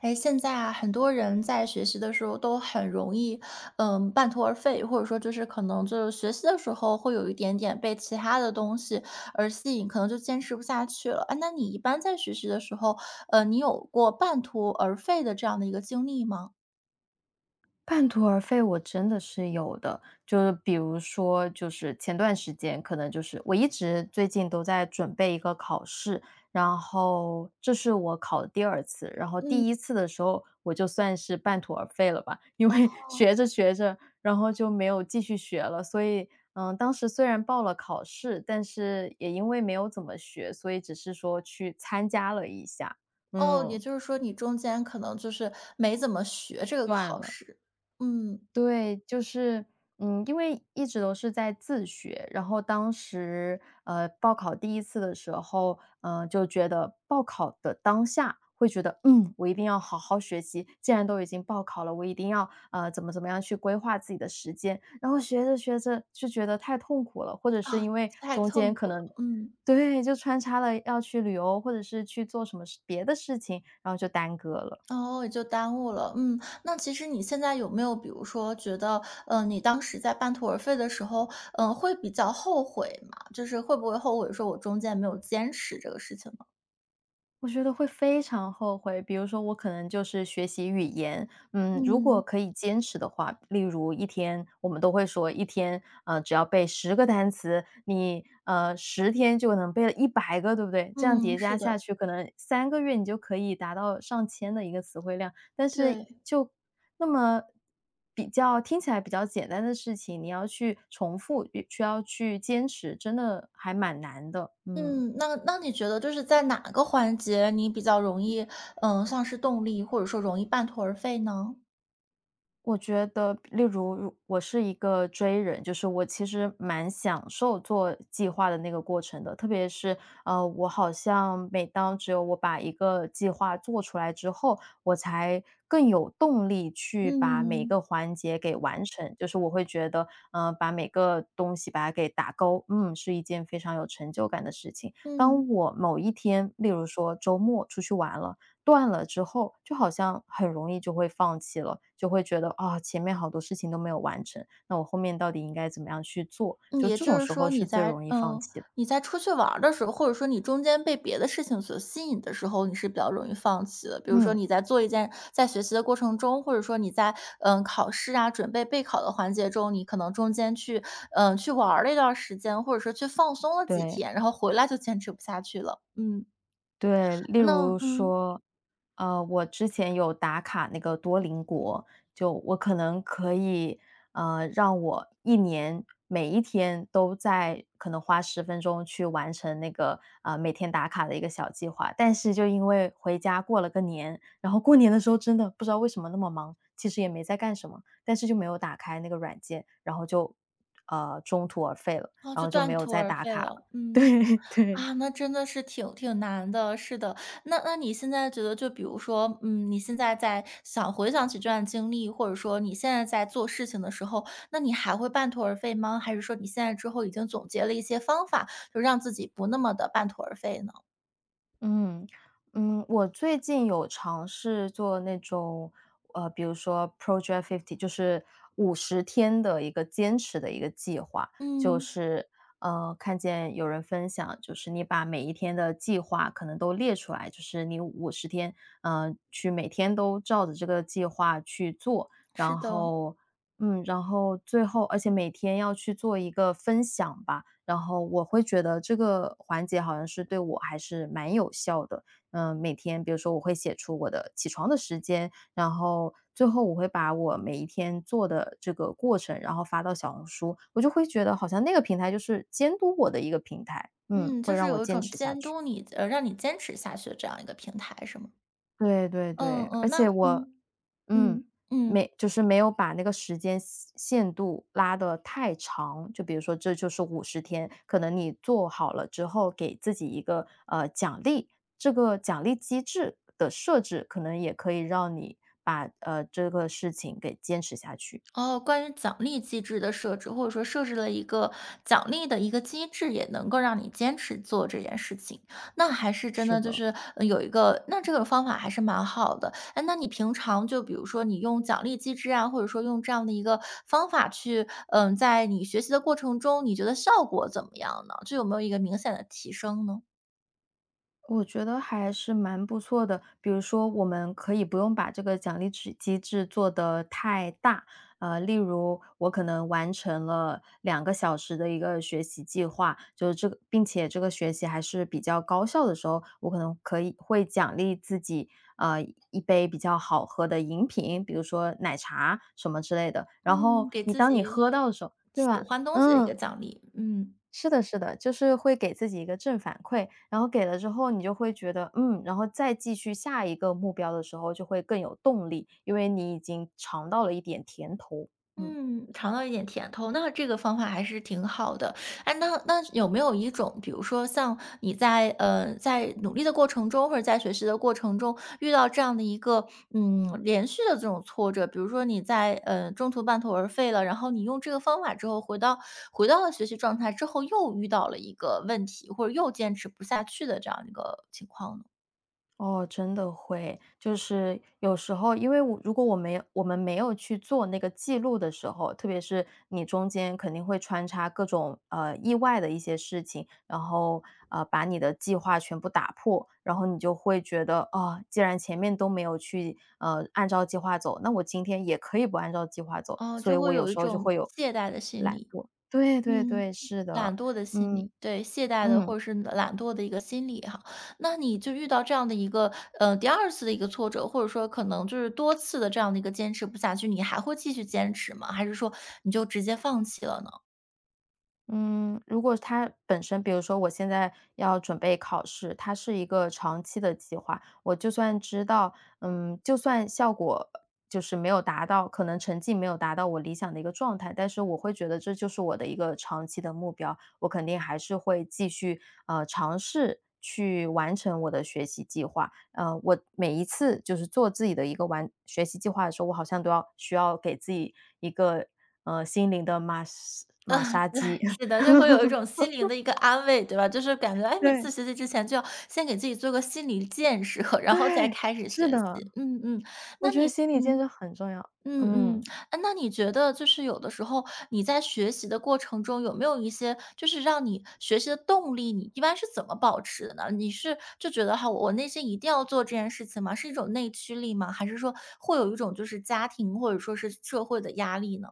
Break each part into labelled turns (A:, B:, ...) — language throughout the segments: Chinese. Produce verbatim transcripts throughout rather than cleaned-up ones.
A: 哎，现在啊，很多人在学习的时候都很容易，嗯，半途而废，或者说就是可能就是学习的时候会有一点点被其他的东西而吸引，可能就坚持不下去了。哎，那你一般在学习的时候，呃，你有过半途而废的这样的一个经历吗？
B: 半途而废我真的是有的，就是比如说，就是前段时间可能就是我一直最近都在准备一个考试。然后这是我考的第二次，然后
A: 嗯。
B: 第一次的时候我就算是半途而废了吧，因
A: 哦
B: 为 学着学着，然后就没有继续学了。所以，嗯，当时虽然报了考试，但是也因为没有怎么学，所以只是说去参加了一下，
A: 哦，也
B: 嗯，
A: 就是说你中间可能就是没怎么学这个
B: 断
A: 考
B: 了。
A: 试，嗯，
B: 对，就是，嗯，因为一直都是在自学，然后当时，呃，报考第一次的时候，嗯，就觉得报考的当下会觉得，嗯，我一定要好好学习。既然都已经报考了，我一定要，呃，怎么怎么样去规划自己的时间。然后学着学着就觉得太痛苦了，或者是
A: 啊，
B: 因为
A: 太
B: 中
A: 痛
B: 间可
A: 苦了，
B: 能
A: 嗯。
B: 对，就穿插了要去旅游，或者是去做什么事别的事情，然后就耽搁了。
A: 哦，也就耽误了。嗯，那其实你现在有没有比如说觉得，呃，你当时在半途而废的时候，嗯，会比较后悔吗？就是会不会后悔说我中间没有坚持这个事情呢？
B: 我觉得会非常后悔，比如说我可能就是学习语言，嗯，如果
A: 嗯。
B: 可以坚持的话，例如一天我们都会说一天，呃，只要背十个单词，你，呃十天就能背了一百个，对不对？这样
A: 嗯，
B: 叠
A: 是
B: 加
A: 的。
B: 下去，可能三个月你就可以达到上千的一个词汇量。但是
A: 对。
B: 就那么比较听起来比较简单的事情，你要去重复，也需要去坚持，真的还蛮难的，嗯。
A: 嗯，那那你觉得就是在哪个环节你比较容易，嗯，丧失动力，或者说容易半途而废呢？
B: 我觉得，例如如我是一个 J 人，就是我其实蛮享受做计划的那个过程的，特别是呃，我好像每当只有我把一个计划做出来之后，我才更有动力去把每一
A: 嗯。
B: 个环节给完成。就是我会觉得，嗯，把每个东西把它给打勾，嗯，是一件非常有成就感的事情。
A: 嗯。
B: 当我某一天，例如说周末出去玩了，断了之后，就好像很容易就会放弃了，就会觉得啊，前面好多事情都没有完成，那我后面到底应该怎么样去做？
A: 嗯
B: 就
A: 也
B: 这
A: 就
B: 种
A: 是
B: 时候
A: 说你
B: 是最
A: 在
B: 容易放
A: 嗯，
B: 弃的。
A: 你在出去玩儿的时候，或者说你中间被别的事情所吸引的时候，你是比较容易放弃的。比如说
B: 嗯，
A: 你在做一件在学习的过程中，或者说你在，嗯，考试啊，准备备考的环节中，你可能中间去，嗯，去玩儿了一段儿时间，或者说去放松了几
B: 对。
A: 天，然后回来就坚持不下去了。嗯，
B: 对，例
A: 那
B: 如
A: 嗯，
B: 说，呃，我之前有打卡那个多邻国，就我可能可以，呃，让我一年每一天都在可能花十分钟去完成那个呃每天打卡的一个小计划。但是就因为回家过了个年，然后过年的时候真的不知道为什么那么忙，其实也没在干什么，但是就没有打开那个软件，然后就呃中途而废了，
A: 哦，
B: 然
A: 就
B: 后就
A: 断
B: 没有
A: 途
B: 再
A: 而
B: 打
A: 废
B: 卡了。
A: 了，嗯。
B: 对对，
A: 啊，那真的是挺挺难的，是的。那那你现在觉得就比如说，嗯，你现在在想回想起这段经历，或者说你现在在做事情的时候，那你还会半途而废吗？还是说你现在之后已经总结了一些方法，就让自己不那么的半途而废呢？
B: 嗯，嗯，我最近有尝试做那种，呃，比如说 Project Fifty，就是五十天的一个坚持的一个计划。就
A: 嗯，
B: 是，呃，看见有人分享，就是你把每一天的计划可能都列出来，就是你五十天，嗯，去每天都照着这个计划去做。
A: 是
B: 然
A: 的。
B: 后嗯，然后最后而且每天要去做一个分享吧，然后我会觉得这个环节好像是对我还是蛮有效的。嗯，每天比如说我会写出我的起床的时间，然后最后我会把我每一天做的这个过程，然后发到小红书，我就会觉得好像那个平台就是监督我的一个平台，嗯，
A: 嗯，
B: 会
A: 就是
B: 让我
A: 有一
B: 坚
A: 种
B: 持下
A: 监
B: 去。
A: 督你，呃，让你坚持下去的这样一个平台是吗？
B: 对对
A: 嗯
B: 对，
A: 嗯，
B: 而
A: 那
B: 且我
A: 嗯，
B: 嗯，
A: 嗯，嗯。
B: 没就是没有把那个时间限限度拉的太长，就比如说这就是五十天，可能你做好了之后给自己一个，呃，奖励，这个奖励机制的设置可能也可以让你把，呃，这个事情给坚持下去。
A: 哦，关于奖励机制的设置，或者说设置了一个奖励的一个机制，也能够让你坚持做这件事情，那还是真
B: 是
A: 的就
B: 的。
A: 是呃有一个，那这个方法还是蛮好的。哎，那你平常就比如说你用奖励机制啊，或者说用这样的一个方法去，嗯，在你学习的过程中，你觉得效果怎么样呢？就有没有一个明显的提升呢？
B: 我觉得还是蛮不错的，比如说我们可以不用把这个奖励制机制做得太大，呃，例如我可能完成了两个小时的一个学习计划，就是这个，并且这个学习还是比较高效的时候，我可能可以会奖励自己，呃，一杯比较好喝的饮品，比如说奶茶什么之类的。然
A: 嗯，
B: 后
A: 给
B: 你
A: 自
B: 当
A: 己
B: 你
A: 一
B: 喝
A: 个
B: 到的时候，对
A: 喜
B: 吧？
A: 欢东西的一个
B: 嗯。
A: 奖励，嗯。
B: 是的，是的，就是会给自己一个正反馈，然后给了之后，你就会觉得，嗯，然后再继续下一个目标的时候，就会更有动力，因为你已经尝到了一点甜头，嗯。
A: 嗯，尝到一点甜头，那这个方法还是挺好的。哎，那那有没有一种，比如说像你在呃在努力的过程中，或者在学习的过程中，遇到这样的一个嗯连续的这种挫折，比如说你在呃中途半途而废了，然后你用这个方法之后回到回到了学习状态之后，又遇到了一个问题，或者又坚持不下去的这样一个情况呢？
B: 哦，真的会。就是有时候，因为我如果我没有我们没有去做那个记录的时候，特别是你中间肯定会穿插各种，呃，意外的一些事情，然后，呃，把你的计划全部打破，然后你就会觉得，啊，既然前面都没有去，呃，按照计划走，那我今天也可以不按照计划走，
A: 哦，
B: 所
A: 就
B: 以
A: 会
B: 我有
A: 有一
B: 时候就
A: 种
B: 会有
A: 懈怠的心
B: 懒
A: 理。
B: 惰。对对
A: 嗯，
B: 对，是的，
A: 懒惰的心理，
B: 嗯，
A: 对，懈怠的或
B: 嗯。
A: 者是懒惰的一个心理哈。那你就遇到这样的一个，呃，第二次的一个挫折，或者说可能就是多次的这样的一个坚持不下去，你还会继续坚持吗？还是说你就直接放弃了呢？
B: 嗯，如果它本身比如说我现在要准备考试，它是一个长期的计划，我就算知道，嗯，就算效果就是没有达到，可能成绩没有达到我理想的一个状态，但是我会觉得这就是我的一个长期的目标，我肯定还是会继续，呃，尝试去完成我的学习计划。呃，我每一次就是做自己的一个完学习计划的时候，我好像都要需要给自己一个，呃，心灵的马杀马
A: 嗯，
B: 杀
A: 对，
B: 鸡。
A: 是的，就会有一种心灵的一个安慰，对吧？就是感觉，哎，每次
B: 对，
A: 学习之前就要先给自己做个心理建设，然后再
B: 对，
A: 开始
B: 是
A: 学
B: 的，
A: 习。嗯嗯，
B: 我
A: 那
B: 觉得
A: 你
B: 心理建设很重要。
A: 嗯嗯，
B: 嗯，
A: 哎，那你觉得就是有的时候你在学习的过程中，有没有一些就是让你学习的动力，你一般是怎么保持的呢？你是就觉得哈，我内心一定要做这件事情吗？是一种内驱力吗？还是说会有一种就是家庭或者说是社会的压力呢？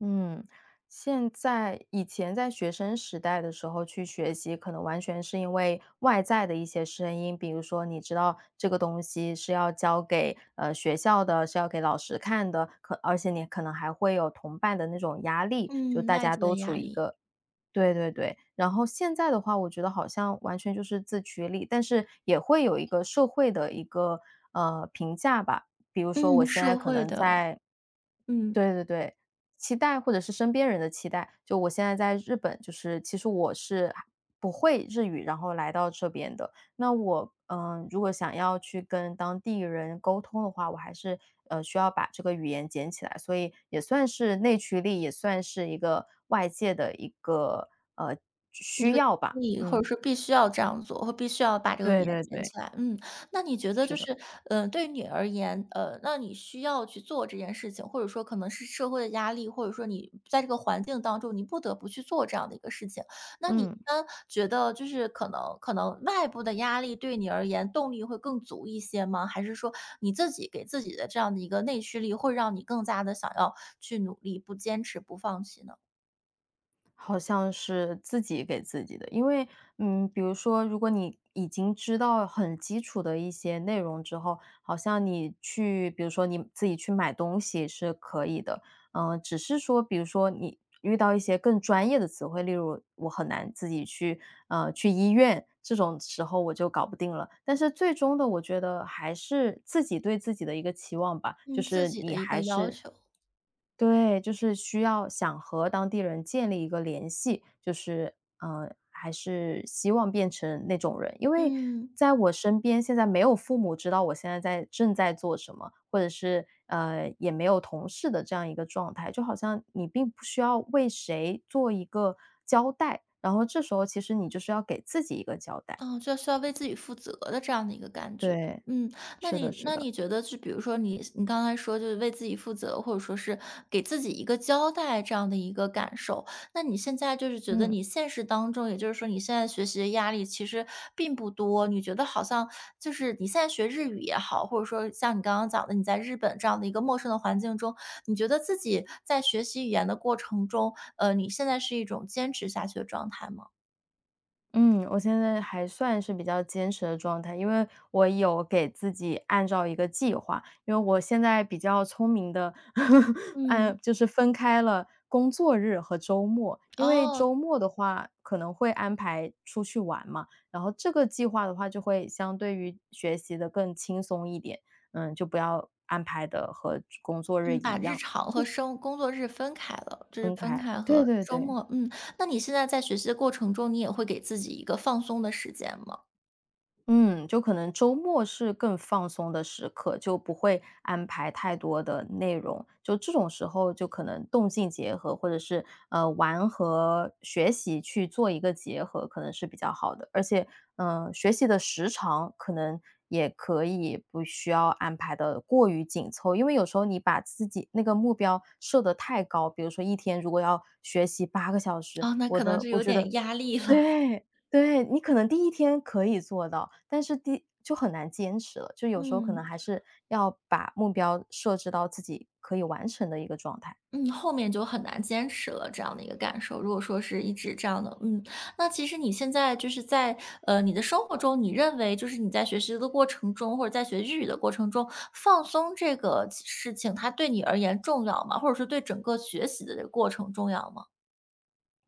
B: 嗯，现在以前在学生时代的时候去学习，可能完全是因为外在的一些声音，比如说你知道这个东西是要交给，呃，学校的，是要给老师看的，可而且你可能还会有同伴的那种压力，就
A: 嗯，
B: 大
A: 外
B: 家
A: 界的
B: 都处
A: 压
B: 于一
A: 力，
B: 个对对对，然后现在的话，我觉得好像完全就是自驱力，但是也会有一个社会的一个，呃，评价吧。比如说我
A: 嗯，
B: 现在
A: 社
B: 可
A: 会
B: 能
A: 的，
B: 在
A: 嗯。
B: 对对对，期待或者是身边人的期待。就我现在在日本，就是其实我是不会日语，然后来到这边的。那我嗯、呃如果想要去跟当地人沟通的话，我还是呃需要把这个语言捡起来，所以也算是内驱力，也算是一个外界的一个呃
A: 一
B: 需
A: 个
B: 要
A: 经
B: 吧。
A: 历或者
B: 嗯，
A: 说必须要这样做，或必须要把这个语
B: 对
A: 言
B: 对
A: 捡
B: 对，
A: 起来。嗯，那你觉得就
B: 是的，
A: 是，呃，对于你而言，呃，那你需要去做这件事情，或者说可能是社会的压力，或者说你在这个环境当中，你不得不去做这样的一个事情。那你一
B: 嗯。
A: 般觉得就是可能可能外部的压力对你而言动力会更足一些吗？还是说你自己给自己的这样的一个内驱力，会让你更加的想要去努力、不坚持、不放弃呢？
B: 好像是自己给自己的，因为，嗯，比如说，如果你已经知道很基础的一些内容之后，好像你去，比如说你自己去买东西是可以的，嗯、只是说，比如说你遇到一些更专业的词汇，例如我很难自己去，呃，去医院这种时候我就搞不定了。但是最终的，我觉得还是自己对自己的一个期望吧，就
A: 嗯，自
B: 是
A: 己的
B: 你
A: 一个
B: 还
A: 要
B: 是
A: 求。
B: 对，就是需要想和当地人建立一个联系，就是，呃，还是希望变成那种人。因为
A: 嗯。
B: 在我身边，现在没有父母知道我现在在正在做什么，或者是，呃，也没有同事的这样一个状态，就好像你并不需要为谁做一个交代，然后这时候其实你就是要给自己一个交代。
A: 嗯，就需要为自己负责的这样的一个感觉。
B: 对，
A: 嗯，那
B: 是的
A: 你
B: 是
A: 那你
B: 的，
A: 觉得就比如说你你刚才说就是为自己负责，或者说是给自己一个交代这样的一个感受，那你现在就是觉得
B: 嗯。
A: 你现实当中，也就是说你现在学习的压力其实并不多，你觉得好像就是你现在学日语也好，或者说像你刚刚讲的你在日本这样的一个陌生的环境中，你觉得自己在学习语言的过程中，呃，你现在是一种坚持下去的状态吗？
B: 嗯，我现在还算是比较坚持的状态，因为我有给自己按照一个计划，因为我现在比较聪明的，
A: 嗯。
B: 按就是分开了工作日和周末。因为
A: 哦，
B: 周末的话可能会安排出去玩嘛，然后这个计划的话就会相对于学习的更轻松一点，嗯，就不要安排的和工作日
A: 嗯，把
B: 一
A: 日
B: 样，
A: 常和生工作日分开了，就是
B: 分
A: 分
B: 开。
A: 开
B: 对
A: 和
B: 对
A: 周
B: 对。
A: 末。嗯，那你现在在学习的过程中，你也会给自己一个放松的时间吗？
B: 嗯，就可能周末是更放松的时刻，就不会安排太多的内容。就这种时候，就可能动静结合，或者是呃玩和学习去做一个结合，可能是比较好的。而且，嗯、学习的时长可能也可以不需要安排的过于紧凑，因为有时候你把自己那个目标设得太高，比如说一天如果要学习八个小时，
A: 啊，那
B: 我
A: 可能
B: 的
A: 就
B: 我
A: 有
B: 觉得
A: 点压力了。
B: 对，对，你可能第一天可以做到，但是第就很难坚持了，就有时候可
A: 嗯
B: 能还是要把目标设置到自己可以完成的一个状态。
A: 嗯，后面就很难坚持了，这样的一个感受。如果说是一直这样的，嗯，那其实你现在就是在呃你的生活中，你认为就是你在学习的过程中，或者在学日语的过程中，放松这个事情，它对你而言重要吗？或者是对整个学习的这个过程重要吗？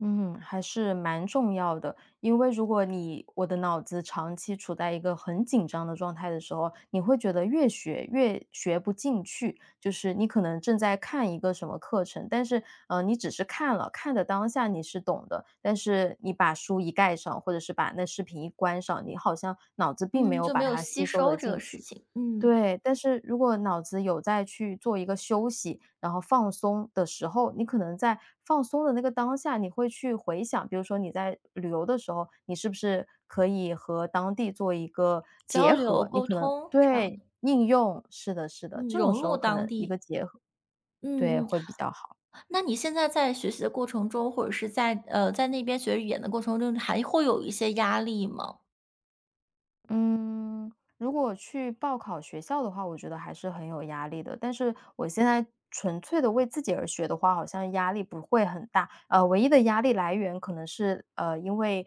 B: 嗯，还是蛮重要的。因为如果你我的脑子长期处在一个很紧张的状态的时候，你会觉得越学越学不进去。就是你可能正在看一个什么课程，但是呃，你只是看了，看的当下你是懂的，但是你把书一盖上，或者是把那视频一关上，你好像脑子并没
A: 嗯，
B: 有
A: 就没
B: 把
A: 有
B: 它
A: 吸
B: 吸收
A: 收
B: 的
A: 这个
B: 进
A: 事
B: 去。
A: 情，嗯，
B: 对，但是如果脑子有在去做一个休息，然后放松的时候，你可能在放松的那个当下，你会去回想，比如说你在旅游的时候，你是不是可以和当地做一个
A: 交
B: 结
A: 流
B: 合？你
A: 沟
B: 可能
A: 通这样
B: 对，
A: 的，
B: 应用，是的是的，
A: 嗯，
B: 这种
A: 融
B: 时
A: 入
B: 候可
A: 当
B: 能一
A: 地，
B: 个结合对，
A: 嗯嗯。
B: 会比较好。
A: 那你现在在学习的过程中，或者是在呃在那边学语言的过程中，还会有一些压力吗？
B: 嗯，如果去报考学校的话，我觉得还是很有压力的。但是我现在纯粹的为自己而学的话，好像压力不会很大。呃，唯一的压力来源可能是呃，因为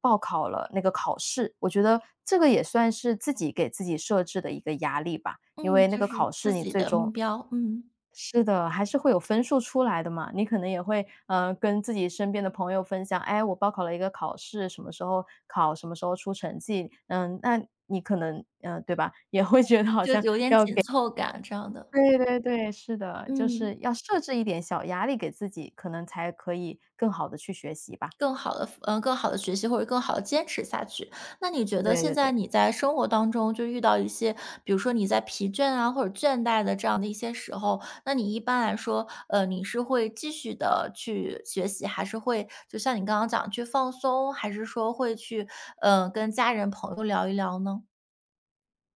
B: 报考了那个考试，我觉得这个也算是自己给自己设置的一个压力吧。因
A: 嗯，
B: 为那
A: 就
B: 个
A: 是
B: 考
A: 自
B: 试，你
A: 己
B: 最
A: 的目
B: 终
A: 标，嗯，
B: 是的，还是会有分数出来的嘛。你可能也会，呃，跟自己身边的朋友分享，哎，我报考了一个考试，什么时候考，什么时候出成绩。嗯，那你可能，呃，对吧，也会觉得好
A: 就
B: 像
A: 有点
B: 要
A: 紧
B: 给
A: 凑感这样 的，
B: 对对对，是的，就
A: 嗯。
B: 是要设置一点小压力给自己，可能才可以更好的去学习吧。
A: 更好的，嗯，更好的学习或者更好的坚持下去。那你觉得
B: 对
A: 现
B: 对
A: 在
B: 对。
A: 你在生活当中就遇到一些，比如说你在疲倦啊，或者倦怠的这样的一些时候，那你一般来说，呃，你是会继续的去学习，还是会就像你刚刚讲去放松，还是说会去，呃，跟家人朋友聊一聊呢？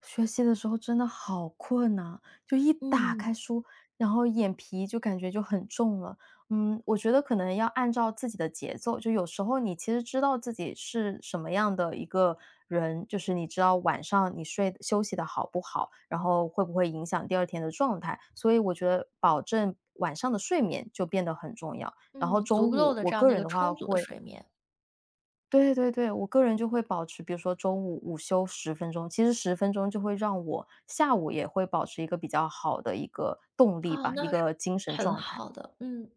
B: 学习的时候真的好困呐，就一打开
A: 嗯，
B: 书，然后眼皮就感觉就很重了。嗯，我觉得可能要按照自己的节奏，就有时候你其实知道自己是什么样的一个人，就是你知道晚上你睡休息的好不好，然后会不会影响第二天的状态，所以我觉得保证晚上的睡眠就变得很重要。然后
A: 嗯，足
B: 中
A: 够
B: 午，
A: 的
B: 我
A: 这样
B: 个
A: 的一
B: 人
A: 个
B: 的话
A: 充足的
B: 会
A: 睡眠，
B: 对对对，我个人就会保持，比如说中午午休十分钟，其实十分钟就会让我下午也会保持一个比较好的一个动力
A: 哦，
B: 吧，一
A: 那是
B: 个精神
A: 很
B: 状态。
A: 好的，嗯。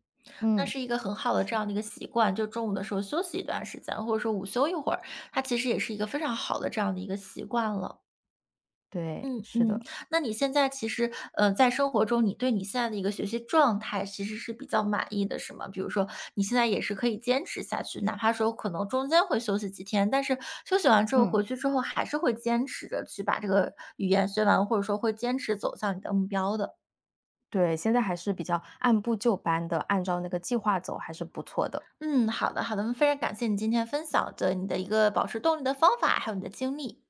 A: 那
B: 嗯，
A: 是一个很好的这
B: 是
A: 样
B: 的，
A: 的一个习惯，就中午的时候休息一段时间，或者说午休一会儿，它其实也是一个非常好的这样的一个习惯了。
B: 对，
A: 嗯
B: 是
A: 嗯，
B: 的，
A: 那你现在其实，呃，在生活中，你对你现在的一个学习状态其实是比较满意的，是吗？比如说，你现在也是可以坚持下去，哪怕说可能中间会休息几天，但是休息完之后回
B: 嗯，
A: 去之后，还是会坚持着去把这个语言学完，或者说会坚持走向你的目标的。
B: 对，现在还是比较按部就班的，按照那个计划走，还是不错的。
A: 嗯，好的好的，非常感谢你今天分享的你的一个保持动力的方法，还有你的经历。